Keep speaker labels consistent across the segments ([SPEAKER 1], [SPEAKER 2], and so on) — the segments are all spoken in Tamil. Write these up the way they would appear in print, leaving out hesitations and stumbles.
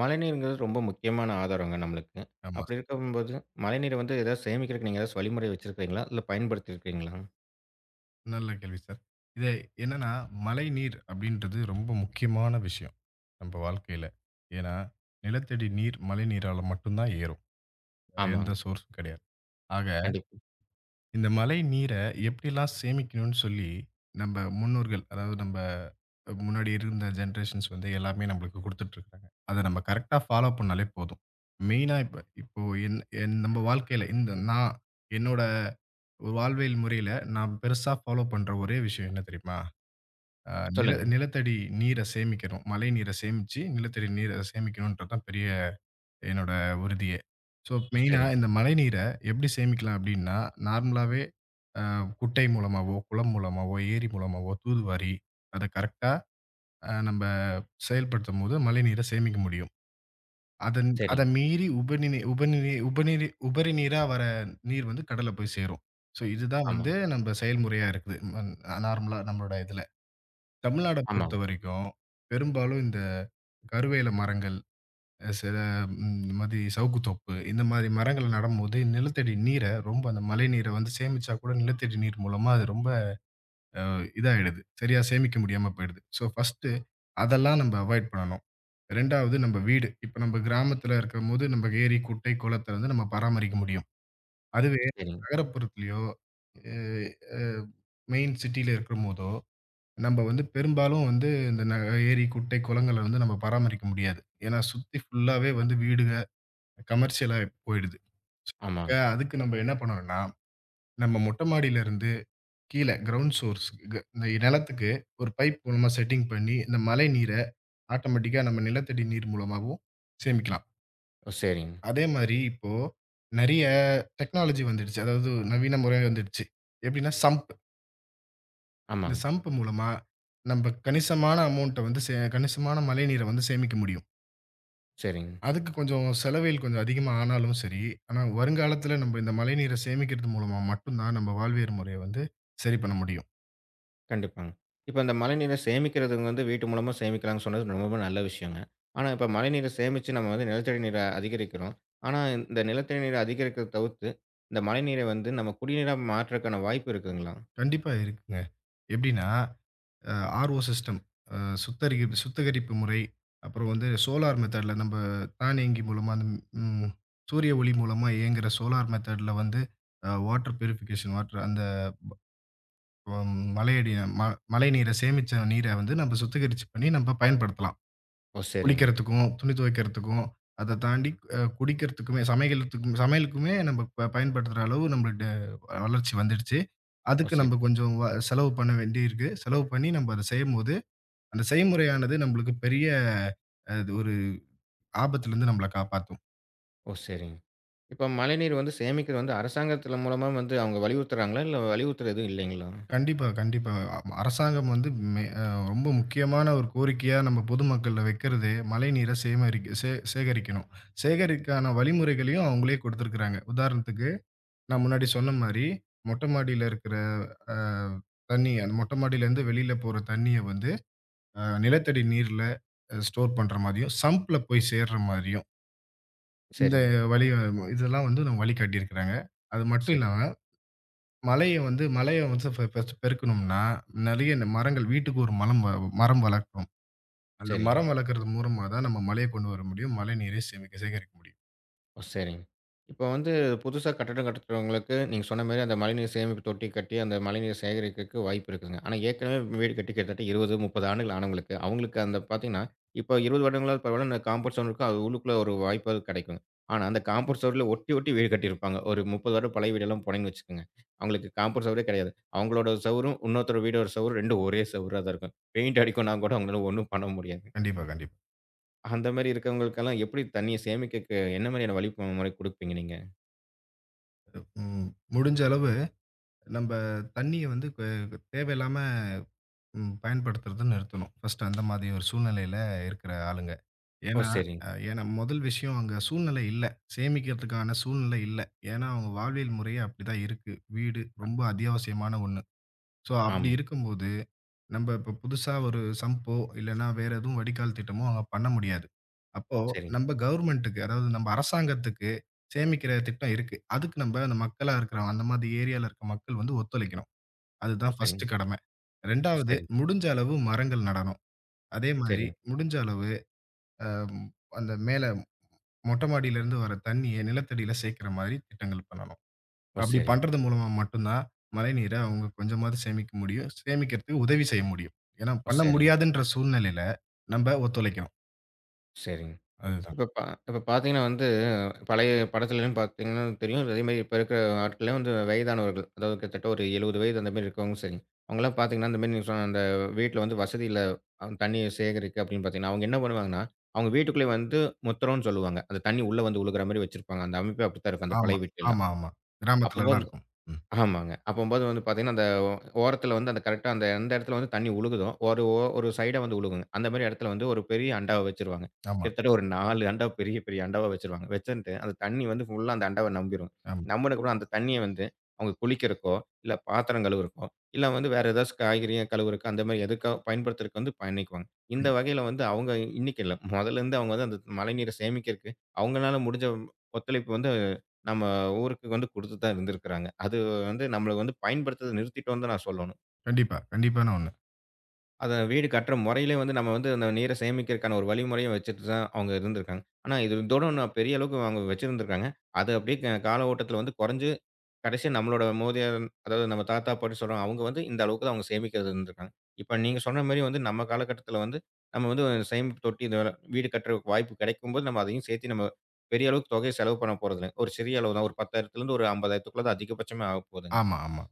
[SPEAKER 1] மழைநீருங்கிறது ரொம்ப முக்கியமான ஆதாரங்க நம்மளுக்கு.
[SPEAKER 2] ஆமா.
[SPEAKER 1] அப்படி இருக்கும்போது, மழைநீரை வந்து ஏதாவது சேமிக்கிறதுக்கு நீங்க ஏதாச்சு வழிமுறை வச்சிருக்கிறீங்களா? இல்ல பயன்படுத்தியிருக்கிறீங்களா?
[SPEAKER 2] நல்ல கேள்வி சார். இது என்னன்னா, மழைநீர் அப்படின்றது ரொம்ப முக்கியமான விஷயம், நம்ம வாழ்க்கையில. ஏன்னா, நிலத்தடி நீர் மழைநீரால மட்டும் தான் ஏறும். வேற எந்த
[SPEAKER 1] ஆமாங்க.
[SPEAKER 2] சோர்ஸும் கிடையாது. ஆக,
[SPEAKER 1] கண்டிப்பா.
[SPEAKER 2] இந்த மழைநீர எப்படிலாம் சேமிக்கணும்னு சொல்லி, நம்ம முன்னோர்கள், அதாவது நம்ம முன்னாடி இருந்த ஜெனரேஷன்ஸ் வந்து எல்லாமே நம்மளுக்கு குடுத்துட்டு இருக்காங்க. அத நம்ம கரெக்ட்டா ஃபாலோ பண்ணாலே போதும். மெயினா இப்போ என் என் நம்ம வாழ்க்கையில இந்த நான் என்னோட வாழ்வியல் முறையில நான் பெருசா ஃபாலோ பண்ற ஒரே விஷயம் என்ன தெரியுமா? அ நில
[SPEAKER 1] சொல்லுங்க.
[SPEAKER 2] நிலத்தடி நீர சேமிக்கணும். மழை நீர சேமிச்சு, நிலத்தடி நீர சேமிக்கணும்ன்றது தான் பெரிய என்னோட உறுதியே. ஸோ,
[SPEAKER 1] ஓ!
[SPEAKER 2] மெயினா
[SPEAKER 1] சரிங்க,
[SPEAKER 2] இந்த மழை நீர எப்படி சேமிக்கலாம் அப்படின்னா, நார்மலாவே அ குட்டை மூலமாவோ, குளம் மூலமாவோ, ஏரி மூலமாவோ தூதுவாரி அத கரெக்ட்டா நம்ப செயல்படுத்தும்போது மழைநீர சேமிக்க முடியும். அத
[SPEAKER 1] சரிங்க.
[SPEAKER 2] மீறி உபநிநீ உபநிநீ உபநிநீ உபரி நீரா வர நீர் வந்து கடல்ல போய் சேரும். ஸோ, இதுதான் வந்து
[SPEAKER 1] ஆமாங்க,
[SPEAKER 2] நம்ப செயல்முறையா இருக்குது. நார்மலா நம்மளோட இதுல. தமிழ்நாட
[SPEAKER 1] ஆமாங்க.
[SPEAKER 2] பொறுத்தவரைக்கும், பெரும்பாலும் இந்த கருவேல மரங்கள், அ சில ம் இந்த மாதிரி சவுக்குத்தோப்பு, இந்த மாதிரி மரங்கள் நடும்போது நிலத்தடி நீர ரொம்ப அந்த மழை நீர வந்து சேமிச்சா கூட நிலத்தடி நீர் மூலமா அது ரொம்ப அ இதாயிடுது. சரியா சேமிக்க முடியாம போயிடுது. ஸோ, ஃபர்ஸ்ட்டு அதெல்லாம் நம்ம அவாய்ட் பண்ணணும். 2வது நம்ம வீடு. இப்ப நம்ம கிராமத்துல இருக்கும்போது நம்ம ஏரி, குட்டை, குளத்த வந்து நம்ம பராமரிக்க முடியும். அதுவே
[SPEAKER 1] சரிங்க.
[SPEAKER 2] நகரப்புறத்திலயோ, எ அ மெயின் சிட்டில இருக்கும்போதோ நம்ம வந்து பெரும்பாலும் வந்து இந்த ஏரி, குட்டை, குளங்கள வந்து நம்ம பராமரிக்க முடியாது. ஏன்னா சுத்தி ஃபுல்லாவே வந்து கமர்ஷியலா போயிடுது. ஆக
[SPEAKER 1] ஆமாங்க.
[SPEAKER 2] அதுக்கு நம்ம என்ன பண்ணணும்னா, நம்ம மொட்டை மாடியிலருந்து கீழ கிரவுண்ட் சோர்ஸ் இந்த நிலத்துக்கு ஒரு பைப் மூலமா செட்டிங் பண்ணி, இந்த மழை நீர ஆட்டோமேட்டிக்கா நம்ம நிலத்தடி நீர் மூலமாவும் சேமிக்கலாம்.
[SPEAKER 1] ஓ! சரிங்க.
[SPEAKER 2] அதே மாரி இப்போ நெறைய டெக்னாலஜி வந்துடுச்சு. அதாவது நவீன முறை வந்துடுச்சு. எப்படின்னா சம்ப். இந்த
[SPEAKER 1] ஆமாங்க.
[SPEAKER 2] சம்ப் மூலமா நம்ம கணிசமான மழைநீர வந்து சேமிக்க முடியும்.
[SPEAKER 1] சரிங்க.
[SPEAKER 2] அதுக்கு கொஞ்சம் செலவில் கொஞ்சம் அதிகமா ஆனாலும் சரி, ஆனா வருங்காலத்துல நம்ம இந்த மழைநீர சேமிக்கிறது மூலமா மட்டும் தான் நம்ம வாழ்வியல் முறைய வந்து சரி பண்ண முடியும்.
[SPEAKER 1] கண்டிப்பாங்க. இப்ப இந்த மழைநீரை சேமிக்கிறது வந்து வீட்டு மூலமா சேமிக்கலாம்ன்னு சொன்னது ரொம்ப நல்ல விஷயங்க. ஆனா, இப்ப மழைநீரை சேமிச்சு நம்ம வந்து நிலத்தடி நீரை அதிகரிக்கிறோம். ஆனா, இந்த நிலத்தடி நீரை அதிகரிக்கிறத தவிர்த்து, இந்த மழைநீரை வந்து நம்ம குடிநீரா மாற்றக்கான வாய்ப்பு இருக்குங்களா?
[SPEAKER 2] கண்டிப்பா இருக்குங்க. எப்படின்னா, அ ஆர்ஓ சிஸ்டம் அ சுத்தரிகரிப்பு சுத்திகரிப்பு முறை, அப்புறம் வந்து சோலார் மெத்தட்ல நம்ம தானியங்கி மூலமா அந்த ம் சூரிய ஒளி மூலமா இயங்குற சோலார் மெத்தட்ல வந்து அ வாட்டர் பியூரிஃபிகேஷன் வாட்டர் அந்த ப மழையடி ம மழைநீர சேமிச்ச நீர வந்து நம்ம சுத்திகரிச்சு பண்ணி நம்ம பயன்படுத்தலாம்.
[SPEAKER 1] ஓ! சரிங்க.
[SPEAKER 2] குளிக்கிறதுக்கும், துணி துவைக்கிறதுக்கும், அத தாண்டி குடிக்கிறதுக்குமே, சமைக்கிறதுக்கும் சமையலுக்குமே நம்ம பயன்படுத்துற அளவு நம்மள்ட்ட வளர்ச்சி வந்துடுச்சு.
[SPEAKER 1] ஓ!
[SPEAKER 2] அதுக்கு
[SPEAKER 1] சரி.
[SPEAKER 2] நம்ம கொஞ்சம் செலவு பண்ண வேண்டியிருக்கு. செலவு பண்ணி நம்ம அத செய்யும்போது, அந்த செய்முறையானது நம்மளுக்கு பெரிய அது ஒரு ஆபத்துலருந்து நம்மள காப்பாத்தும்.
[SPEAKER 1] ஓ! சரிங்க. இப்ப மழைநீர் வந்து சேமிக்கிறது வந்து அரசாங்கத்தில மூலமா வந்து அவங்க வலியுறுத்துறாங்களா? இல்ல வலியுறுத்துற எதுவும் இல்லைங்களா?
[SPEAKER 2] கண்டிப்பா, கண்டிப்பா. ஆமா. அரசாங்கம் வந்து மெ அ ரொம்ப முக்கியமான ஒரு கோரிக்கையா நம்ம பொதுமக்கள்ல வைக்கிறது, மழைநீர சேமரிக்க சே சேகரிக்கணும். சேகரிக்கான வழிமுறைகளையும் அவங்களே குடுத்துருக்காங்க. உதாரணத்துக்கு நான் முன்னாடி சொன்ன மாரி, மொட்டை மாடியில இருக்கிற அ தண்ணி அந்த மொட்டை மாடியிலேருந்து வெளியில போற தண்ணிய வந்து, நிலத்தடி நீர்ல ஸ்டோர் பண்ற மாரியும், சம்ப்ல போய் சேர்ற மாரியும், இந்த
[SPEAKER 1] சரிங்க.
[SPEAKER 2] வழிய இதெல்லாம் வந்து நம்ம வழி காட்டியிருக்கிறாங்க. அது மட்டும்
[SPEAKER 1] சரி,
[SPEAKER 2] இல்லாம, மழைய வந்து ஃபர்ஸ்ட் பெருக்கணும்னா, நெறைய இந்த மரங்கள் வீட்டுக்கு ஒரு மலம் வ மரம் வளர்க்கணும். அந்த
[SPEAKER 1] சரிங்க.
[SPEAKER 2] மரம் வளர்க்கறது மூலமா தான் நம்ம மழைய கொண்டு வர முடியும். மழை நீரை சேமிக்க சேகரிக்க முடியும்.
[SPEAKER 1] ஓ! சரிங்க. இப்ப வந்து புதுசா கட்டடம் கட்டுறவங்களுக்கு நீங்க சொன்ன மாரி அந்த மழைநீர் சேமிப்பு தொட்டி கட்டி அந்த மழைநீர் சேகரிக்கிறதுக்கு வாய்ப்பு இருக்குதுங்க. ஆனா ஏற்கனவே வீடு கட்டி கிட்டத்தட்ட 20, 30 ஆண்டுகள் ஆனவங்களுக்கு, அவங்களுக்கு அந்த பார்த்தீங்கன்னா, இப்ப 20 வருடங்களாவது பரவாயில்ல அந்த காம்பவுண்ட் சுவர் இருக்கும். அது உள்ளுக்குள்ள ஒரு வாய்ப்பாவது கிடைக்குங்க. ஆனா அந்த காம்பவுண்ட் சுவர்ல ஒட்டி ஒட்டி வீடு கட்டியிருப்பாங்க. ஒரு 30 வருடம் பழைய வீடெல்லாம் போனீங்கன்னு வச்சுக்கோங்க. அவங்களுக்கு காம்பவுண்ட் சுவரே கிடையாது. அவங்களோட சவுரும், இன்னொருத்தர் வீடோட சவுரும் 2 ஒரே சவுரா தான் இருக்கும். பெயிண்ட் அடிக்கும்னா கூட அவங்களால ஒண்ணும் பண்ண முடியாது.
[SPEAKER 2] கண்டிப்பா, கண்டிப்பா.
[SPEAKER 1] அந்த மாரி இருக்கிறவங்களுக்கெல்லாம் எப்படி தண்ணீய சேமிக்க என்ன மாரியான வழிமுறை குடுப்பீங்க நீங்க?
[SPEAKER 2] ம் முடிஞ்ச அளவு நம்ப தண்ணிய வந்து தேவையில்லாம பயன்படுத்துறத நிறுத்தணும். ஃபர்ஸ்ட்டு அந்த மாதிரி ஒரு சூழ்நிலையில இருக்கிற ஆளுங்க.
[SPEAKER 1] ஓ!
[SPEAKER 2] ஏன்னா,
[SPEAKER 1] சரிங்க.
[SPEAKER 2] அ ஏன்னா முதல் விஷயம் அங்க சூழ்நிலை இல்ல. சேமிக்கிறதுக்கான சூழ்நிலை இல்ல. ஏன்னா அவங்க வாழ்வியல் முறையே அப்படிதான் இருக்கு. வீடு ரொம்ப அத்தியாவசியமான ஒண்ணு. ஸோ அப்படி
[SPEAKER 1] ஆமா.
[SPEAKER 2] இருக்கும்போது, நம்ப இப்ப புதுசா ஒரு சம்போ இல்லன்னா வேற எதுவும் வடிகால் திட்டமோ அங்க பண்ண முடியாது. அப்போ
[SPEAKER 1] சரிங்க.
[SPEAKER 2] நம்ப கவர்மெண்ட்டுக்கு அதாவது நம்ப அரசாங்கத்துக்கு சேமிக்கிற திட்டம் இருக்கு. அதுக்கு நம்ப அந்த மக்களா இருக்கிறவங்க அந்த மாதிரி ஏரியால இருக்க மக்கள் வந்து ஒத்துழைக்கணும்.
[SPEAKER 1] ஓ!
[SPEAKER 2] அதுதான்
[SPEAKER 1] சரிங்க.
[SPEAKER 2] ஃபர்ஸ்ட்டு கடமை.
[SPEAKER 1] ஓ!
[SPEAKER 2] 2வது
[SPEAKER 1] சரிங்க.
[SPEAKER 2] முடிஞ்ச அளவு மரங்கள் நடணும். அதே மாரி
[SPEAKER 1] சரிங்க.
[SPEAKER 2] முடிஞ்ச அளவு அ அந்த மேல மொட்ட மாடியிலருந்து வர தண்ணீய நிலத்தடியில சேர்க்கிற மாரி திட்டங்கள் பண்ணணும்.
[SPEAKER 1] ஓ!
[SPEAKER 2] அப்படி
[SPEAKER 1] சரிங்க.
[SPEAKER 2] பண்றது மூலமா மட்டும் தான் மழைநீர அவங்க கொஞ்சமாவது சேமிக்க முடியும். சேமிக்கிறதுக்கு உதவி செய்ய முடியும். ஏன்னா
[SPEAKER 1] ஓ!
[SPEAKER 2] பண்ண
[SPEAKER 1] சரிங்க.
[SPEAKER 2] முடியாதுன்ற சூழ்நிலையில நம்ப ஒத்துழைக்கணும்.
[SPEAKER 1] சரிங்க.
[SPEAKER 2] அதுதான்.
[SPEAKER 1] இப்ப பா இப்ப பார்த்தீங்கன்னா வந்து, பழைய படத்துலலாம் பார்த்தீங்கன்னா தெரியும். அதேமாரி இப்ப இருக்கிற ஆட்கள்லாம் வந்து வயதானவர்கள். அதாவது கிட்டத்தட்ட ஒரு 70 வயது அந்தமாரி இருக்கவங்களும் சரி. அவுங்கலாம் பார்த்தீங்கன்னா, இந்தமாரி நீங்க சொன்ன அந்த வீட்ல வந்து வசதி இல்ல. தண்ணீ சேகரிக்க அப்பிடின்னு பார்த்தீங்கன்னா, அவுங்க என்ன பண்ணுவாங்கன்னா, அவுங்க வீட்டுக்குள்ளே வந்து முத்தரோன்னு சொல்லுவாங்க. அந்த தண்ணீ உள்ள வந்து விழுகிறமாரி வச்சிருப்பாங்க. அந்த அமைப்பே அப்பிடித்தான் இருக்கும். அந்த
[SPEAKER 2] ஆமா,
[SPEAKER 1] பழைய வீட்லலாம்.
[SPEAKER 2] ஆமா, ஆமா. கிராமத்துலலாம்
[SPEAKER 1] அப்பம்போது
[SPEAKER 2] இருக்கும். ம்.
[SPEAKER 1] ஆமாங்க. அப்பம்போது வந்து பார்த்தீங்கன்னா, அந்த ஓ ஓரத்தில வந்து அந்த கரெக்ட்டா அந்த எந்த இடத்துல வந்து தண்ணி உழுகுதோ, ஒரு சைடா வந்து உழுகுங்க. அந்த மாரி இடத்துல வந்து ஒரு பெரிய அண்டாவ வச்சுருவாங்க.
[SPEAKER 2] ஆமா,
[SPEAKER 1] கிட்டத்தட்ட ஒரு 4 அண்டா பெரிய, பெரிய அண்டாவா வச்சுருவாங்க. வச்சுன்ட்டு அந்த தண்ணி வந்து ஃபுல்லா அந்த அண்டாவ நம்பிரும்.
[SPEAKER 2] ஆமா.
[SPEAKER 1] நம்புனக்கப்புறம் அந்த தண்ணிய வந்து அவங்க குளிக்கிறக்கோ, இல்ல பாத்திரம் கழுவுறக்கோ, இல்ல வந்து வேற ஏதாச்சும் காய்கறிய கழுவுறக்கு அந்த மாரி எதுக்கோ பயன்படுத்துறதுக்கு வந்து பயணிக்குவாங்க. இந்த வகையில வந்து அவங்க இன்னைக்கு இல்ல. மொதல்லேருந்து அவங்க வந்து அந்த மழைநீர சேமிக்கிறக்கு அவங்களால முடிஞ்ச ஒத்துழைப்பு வந்து நம்ம ஊருக்கு வந்து குடுத்துட்டு தான் இருந்திருக்கிறாங்க. அது வந்து நம்மளுக்கு வந்து பயன்படுத்துறத நிறுத்திட்டோன்னு தான் நான் சொல்லணும்.
[SPEAKER 2] கண்டிப்பா, கண்டிப்பான ஒண்ணு.
[SPEAKER 1] அத வீடு கட்டுற முறையிலே வந்து நம்ம வந்து அந்த நீரை சேமிக்கிறதுக்கான ஒரு வழிமுறையும் வச்சுட்டு தான் அவங்க இருந்திருக்காங்க. ஆனா இது இதோட நான் பெரிய அளவுக்கு அவங்க வச்சிருந்திருக்காங்க. அது அப்படியே கால ஓட்டத்தில வந்து குறைஞ்சு கடைசியா நம்மளோட மூதியோர் அதாவது நம்ம தாத்தா, பாட்டி சொல்றோம். அவங்க வந்து இந்த அளவுக்கு தான் அவங்க சேமிக்கிறது இருந்திருக்காங்க. இப்ப நீங்க சொன்ன மாரி வந்து நம்ம காலகட்டத்தில வந்து நம்ம வந்து ஒரு சேமிப்பு தொட்டி இந்த வீடு கட்டுறக்கு வாய்ப்பு கிடைக்கும்போது நம்ம அதையும் சேர்த்து நம்ம பெரிய அளவுக்கு தொகைய செலவு பண்ண போறதில்ல. ஒரு சிறிய அளவு தான். ஒரு 10,000த்துலருந்து ஒரு 50,000த்துக்குள்ள தான் அதிகபட்சமே ஆகப்போதுங்க.
[SPEAKER 2] ஆமா, ஆமா.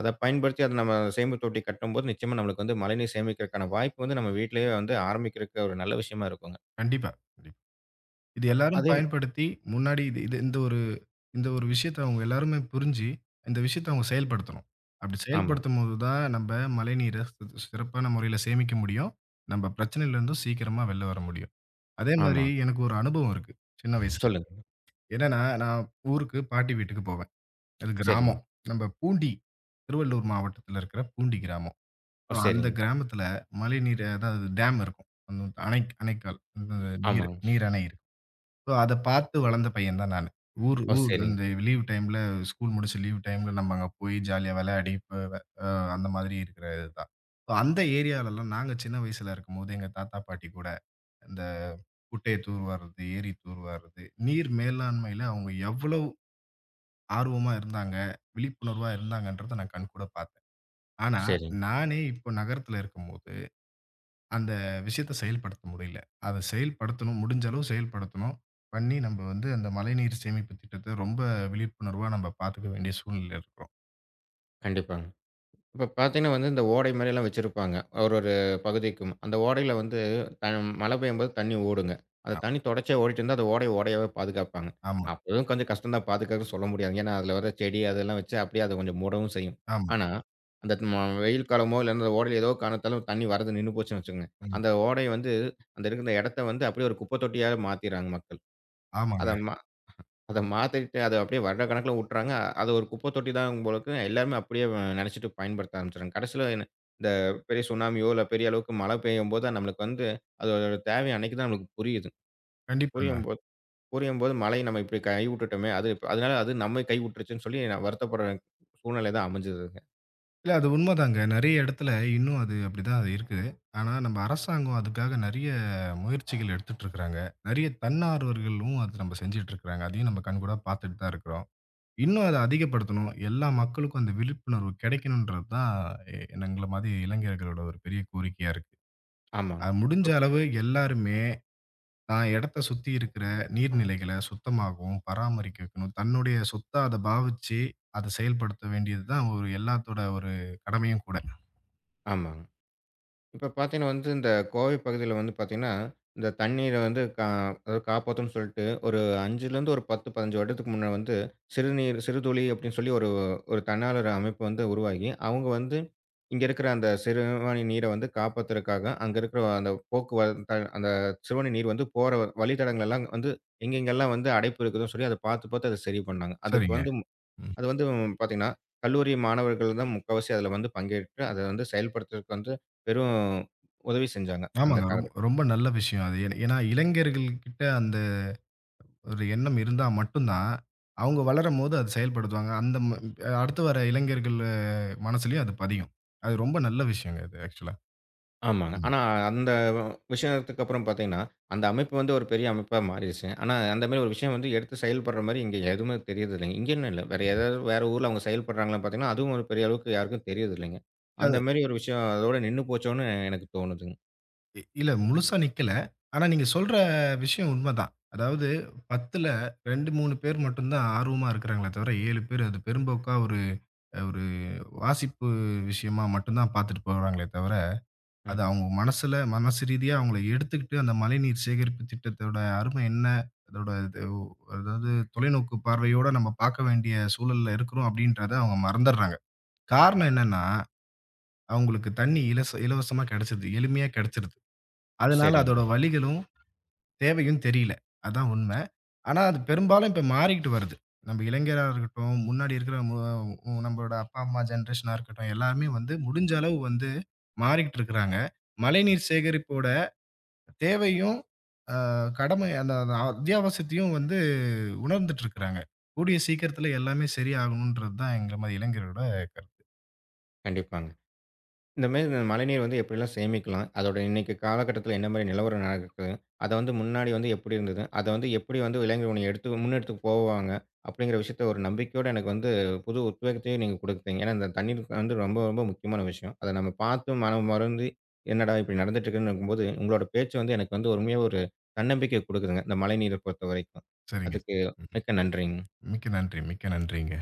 [SPEAKER 1] அத பயன்படுத்தி அத நம்ம சேமிப்பு தொட்டி கட்டும்போது, நிச்சயமா நம்மளுக்கு வந்து மழைநீர் சேமிக்கிறதுக்கான வாய்ப்பு வந்து நம்ம வீட்டிலேயே வந்து ஆரம்பிக்கிறதுக்கு ஒரு நல்ல விஷயமா இருக்குங்க.
[SPEAKER 2] கண்டிப்பா. இது எல்லாரும்
[SPEAKER 1] அதே
[SPEAKER 2] பயன்படுத்தி முன்னாடி இது இது இந்த ஒரு இந்த ஒரு விஷயத்த அவங்க எல்லாருமே புரிஞ்சு, இந்த விஷயத்த அவங்க செயல்படுத்தணும். அப்படி
[SPEAKER 1] ஆமா,
[SPEAKER 2] செயல்படுத்தும்போது தான் நம்ம மழைநீர சிறப்பான முறையில சேமிக்க முடியும். நம்ம பிரச்சனையிலிருந்தும் சீக்கிரமா வெளில வர முடியும். அதே மாதிரி
[SPEAKER 1] ஆமா.
[SPEAKER 2] எனக்கு ஒரு அனுபவம் இருக்கு, சின்ன வயசுல.
[SPEAKER 1] சொல்லுங்க.
[SPEAKER 2] என்னன்னா, நான் ஊருக்கு பாட்டி வீட்டுக்கு போவேன். அது
[SPEAKER 1] சரிங்க.
[SPEAKER 2] கிராமம். நம்ம பூண்டி, திருவள்ளூர் மாவட்டத்தில இருக்கிற பூண்டி கிராமம். So,
[SPEAKER 1] ஓ!
[SPEAKER 2] அந்த
[SPEAKER 1] சரிங்க.
[SPEAKER 2] கிராமத்தில மழைநீர் அதாவது டேம் இருக்கும். அந்த அணை அணைக்கால். அந்த நீர்
[SPEAKER 1] ஆமாங்க.
[SPEAKER 2] நீர் அணை ஸோ, அத பார்த்து வளர்ந்த பையன் தான் நானு. ஊர்
[SPEAKER 1] ஓ!
[SPEAKER 2] ஊர்
[SPEAKER 1] சரிங்க.
[SPEAKER 2] அந்த லீவ் டைம்ல ஸ்கூல் முடிச்சு லீவ் டைம்ல நம்ம அங்க போய் ஜாலியா விளையாடி, இப்ப வ அ அந்த மாதிரி இருக்கிற இதுதான். ஸோ, அந்த ஏரியாலலாம் நாங்க சின்ன வயசுல இருக்கும்போது, எங்க தாத்தா, பாட்டி கூட இந்த குட்டைய தூர்வார்றது, ஏரி தூர்வார்றது, நீர் மேலாண்மையில அவங்க எவ்வளவு ஆர்வமா இருந்தாங்க, விழிப்புணர்வா இருந்தாங்கன்றத நான் கண்கூட பார்த்தேன். ஆனா,
[SPEAKER 1] சரிங்க.
[SPEAKER 2] நானே இப்போ நகரத்துல இருக்கும்போது அந்த விஷயத்த செயல்படுத்த முடியல. அத செயல்படுத்தணும். முடிஞ்ச அளவு செயல்படுத்தணும். பண்ணி நம்ப வந்து அந்த மழைநீர் சேமிப்பு திட்டத்த ரொம்ப விழிப்புணர்வா நம்ப பாத்துக்க வேண்டிய சூழ்நிலையில இருக்கிறோம்.
[SPEAKER 1] கண்டிப்பாங்க. இப்ப பார்த்தீங்கன்னா வந்து, இந்த ஓடை மாரியெல்லாம் வச்சிருப்பாங்க. ஒரு ஒரு பகுதிக்கும். அந்த ஓடையில வந்து த மழை பெய்யும்போது தண்ணி ஓடுங்க. அந்த
[SPEAKER 2] ஆமா.
[SPEAKER 1] தண்ணி தொடர்ச்சியா ஓடிட்டு இருந்தா, அந்த ஓடையாவே பாதுகாப்பாங்க.
[SPEAKER 2] ஆமா,
[SPEAKER 1] அப்பவும் கொஞ்சம் கஷ்டம் தான் பாதுகாக்கன்னு சொல்ல முடியாது. ஏன்னா, அதுல வர செடி அதெல்லாம் வச்சு அப்படியே அத கொஞ்சம் மூடவும் செய்யும்.
[SPEAKER 2] ஆமா.
[SPEAKER 1] ஆனா, அந்த ம வெயில் காலமோ இல்லன்னா அந்த ஓடையில ஏதோ காரணத்தால தண்ணி வரது நின்னு போச்சுன்னு வச்சுக்கோங்க.
[SPEAKER 2] ம்.
[SPEAKER 1] அந்த ஓடைய வந்து அந்த இருக்கிற இடத்த வந்து அப்படியே ஒரு குப்பை தொட்டியா மாத்திர்றாங்க மக்கள். அத
[SPEAKER 2] ஆமாங்க.
[SPEAKER 1] ம அத மாத்திட்டு, அத அப்படியே வருடக்கணக்குல உட்றாங்க. அது ஒரு குப்பை தொட்டி தான் போலருக்கு. எல்லாருமே அப்படியே நெனச்சுட்டு பயன்படுத்த ஆரம்பிச்சுடுறாங்க. கடைசில என்ன இந்த பெரிய சுனாமியோ, இல்ல பெரிய அளவுக்கு மழை பெய்யும்போது தான் நம்மளுக்கு வந்து அதோட தேவை அன்னைக்கு தான் நம்மளுக்கு புரியுது.
[SPEAKER 2] கண்டிப்பாங்க.
[SPEAKER 1] புரியும்போது புரியும்போது மழைய நம்ம இப்படி கை விட்டுட்டோமே, அது அதனால அது நம்மை கை விட்டுருச்சுன்னு சொல்லி நான் வருத்தப்படுற சூழ்நிலை தான் அமைஞ்சதுங்க.
[SPEAKER 2] இல்ல அது உண்மதாங்க. நெறைய இடத்துல இன்னும் அது அப்படிதான் அது இருக்குது. ஆனா நம்ப அரசாங்கம் அதுக்காக நெறைய முயற்சிகள் எடுத்துட்டு இருக்கிறாங்க. நெறைய தன்னார்வர்களும் அது நம்ப செஞ்சுட்டு இருக்கிறாங்க. அதையும் நம்ப கண்கூடா பாத்துட்டு தான் இருக்கிறோம். இன்னும் அத அதிகப்படுத்தணும். எல்லா மக்களுக்கும் அந்த விழிப்புணர்வு கிடைக்கணுன்றது தான் எ எங்கள மாதிரி இளைஞர்களோட ஒரு பெரிய கோரிக்கையா இருக்கு.
[SPEAKER 1] ஆமாங்க.
[SPEAKER 2] அது முடிஞ்ச
[SPEAKER 1] இப்
[SPEAKER 2] அளவு எல்லாருமே தான் இடத்த சுத்தி இருக்கிற நீர்நிலைகள சுத்தமாகவும், பராமரிக்க வைக்கணும். தன்னுடைய சொத்தா அத பாவிச்சு, அத செயல்படுத்த வேண்டியது தான் ஒரு எல்லாத்தோட ஒரு கடமையும் கூட.
[SPEAKER 1] ஆமாங்க. இப்ப பார்த்தீங்கன்னா வந்து, இந்த கோவை பகுதியில வந்து பார்த்தீங்கன்னா, இந்த தண்ணீர வந்து அதாவது காப்பாத்தும்ன்னு சொல்லிட்டு, ஒரு 5லேருந்து ஒரு 10, 15 வருடத்துக்கு முன்ன வந்து, சிறுநீர் சிறுதுளி அப்படின்னு சொல்லி ஒரு ஒரு தன்னாளர் அமைப்பு வந்து உருவாகி, அவங்க வந்து இங்க இருக்கிற அந்த சிறுவாணி நீரை வந்து காப்பாத்துறதுக்காக, அங்க இருக்கிற அந்த போக்குவரத்து அந்த சிறுவாணி நீர் வந்து போற வழித்தடங்கள் எல்லாம் வந்து எங்கெங்கெல்லாம் வந்து அடைப்பு இருக்குதுன்னு சொல்லி அத பார்த்து பார்த்து அத சரி பண்ணாங்க. அதுக்கு
[SPEAKER 2] சரிங்க.
[SPEAKER 1] வந்து
[SPEAKER 2] ம்.
[SPEAKER 1] அது வந்து பார்த்தீங்கன்னா, கல்லூரி மாணவர்கள் தான் முக்காவாசி அதில வந்து பங்கேற்று, அத வந்து செயல்படுத்துறதுக்கு வந்து பெரும் உதவி செஞ்சாங்க, அந்த
[SPEAKER 2] ஆமாங்க.
[SPEAKER 1] காலகட்டத்தில.
[SPEAKER 2] ரொம்ப நல்ல விஷயம் அது. ஏன்னா ஏன்னா இளைஞர்கள்கிட்ட அந்த ஒரு எண்ணம் இருந்தா மட்டும் தான், அவங்க வளரும்போது அது செயல்படுத்துவாங்க. அந்த ம அடுத்து வர இளைஞர்கள் மனசுலயும் அது பதியும். அது ரொம்ப நல்ல விஷயங்க அது ஆக்சுவலா.
[SPEAKER 1] ஆமாங்க.
[SPEAKER 2] ம்.
[SPEAKER 1] ஆனா, அந்த விஷயத்துக்கு அப்புறம் பார்த்தீங்கன்னா, அந்த அமைப்பு வந்து ஒரு பெரிய அமைப்பா மாறிடுச்சு. ஆனா, அந்த மாரி ஒரு விஷயம் வந்து எடுத்து செயல்படுற மாரி இங்க எதுவுமே தெரியறதில்லைங்க. இங்கேன்னு இல்ல. வேற
[SPEAKER 2] ம்.
[SPEAKER 1] ஏதாவது வேற ஊர்ல அவங்க செயல்படுறாங்களான்னு பார்த்தீங்கன்னா, அதுவும் ஒரு பெரிய அளவுக்கு யாருக்கும் தெரியறதில்லைங்க. அந்த
[SPEAKER 2] அது
[SPEAKER 1] மாரி ஒரு விஷயம் அதோட நின்னு போச்சோன்னு எனக்கு தோணுதுங்க.
[SPEAKER 2] இல்ல முழுசா நிக்கல. ஆனா நீங்க சொல்ற விஷயம் உண்மதான். அதாவது 10ல 2, 3 பேர் மட்டும் தான் ஆர்வமா இருக்கிறாங்களே தவிர 7 பேர் அது பெரும்போக்கா ஒரு ஒரு வாசிப்பு விஷயமா மட்டும் தான் பார்த்துட்டு போறாங்களே தவிர, அது
[SPEAKER 1] ம்.
[SPEAKER 2] அவங்க மனசு ரீதியா அவங்கள எடுத்துக்கிட்டு அந்த மழைநீர் சேகரிப்பு திட்டத்தோட அருமை என்ன? அதோட அதாவது தொலைநோக்கு பார்வையோட நம்ம பார்க்க வேண்டிய சூழல்ல இருக்கிறோம் அப்படின்றத அவங்க மறந்துடுறாங்க. காரணம் என்னன்னா, அவங்களுக்கு தண்ணி இலவசமா கிடைச்சுடுது. எளிமையா கிடைச்சுடுது. அதனால
[SPEAKER 1] சரிங்க.
[SPEAKER 2] அதோட வலிகளும், தேவையும் தெரியல. அதான் உண்மை. ஆனா அது பெரும்பாலும் இப்ப மாறிக்கிட்டு வருது. நம்ம இளைஞரா இருக்கட்டும், முன்னாடி இருக்கிற மு உ நம்மளோட அப்பா, அம்மா ஜெனரேஷனா இருக்கட்டும், எல்லாருமே வந்து முடிஞ்ச அளவு வந்து மாறிக்கிட்டு இருக்கிறாங்க. மழைநீர் சேகரிப்போட தேவையும், அ கடமை அந்த அந்த அத்தியாவசியத்தையும் வந்து உணர்ந்துட்டு இருக்கிறாங்க. கூடிய சீக்கிரத்தில எல்லாமே சரியாகணுன்றது தான் எங்கள மாரி இளைஞரோட கருத்து.
[SPEAKER 1] கண்டிப்பாங்க. இந்த மாரி இந்த மழைநீர் வந்து எப்படிலாம் சேமிக்கலாம்? அதோட இன்னைக்கு காலகட்டத்தில என்ன மாரி நிலவரம் நடக்குது? அத வந்து முன்னாடி வந்து எப்படி இருந்தது? அத வந்து எப்படி வந்து இளைஞர்கள் எடுத்து முன்னெடுத்து போவாங்க? அப்படிங்கிற விஷயத்த ஒரு நம்பிக்கையோட எனக்கு வந்து புது உத்வேகத்தையும் நீங்க குடுத்தீங்க. ஏன்னா, இந்த தண்ணீர் வந்து ரொம்ப, ரொம்ப முக்கியமான விஷயம். அத நம்ம பார்த்து மனம் வருந்தி, என்னடா இப்படி நடந்துட்டு இருக்குன்னும்போது, உங்களோட பேச்சு வந்து எனக்கு வந்து உண்மையா ஒரு தன்னம்பிக்கை குடுக்குதுங்க. இந்த மழைநீர பொறுத்தவரைக்கும்.
[SPEAKER 2] சரிங்க.
[SPEAKER 1] அதுக்கு
[SPEAKER 2] ம்.
[SPEAKER 1] மிக்க நன்றிங்க.
[SPEAKER 2] மிக்க நன்றி, மிக்க நன்றிங்க.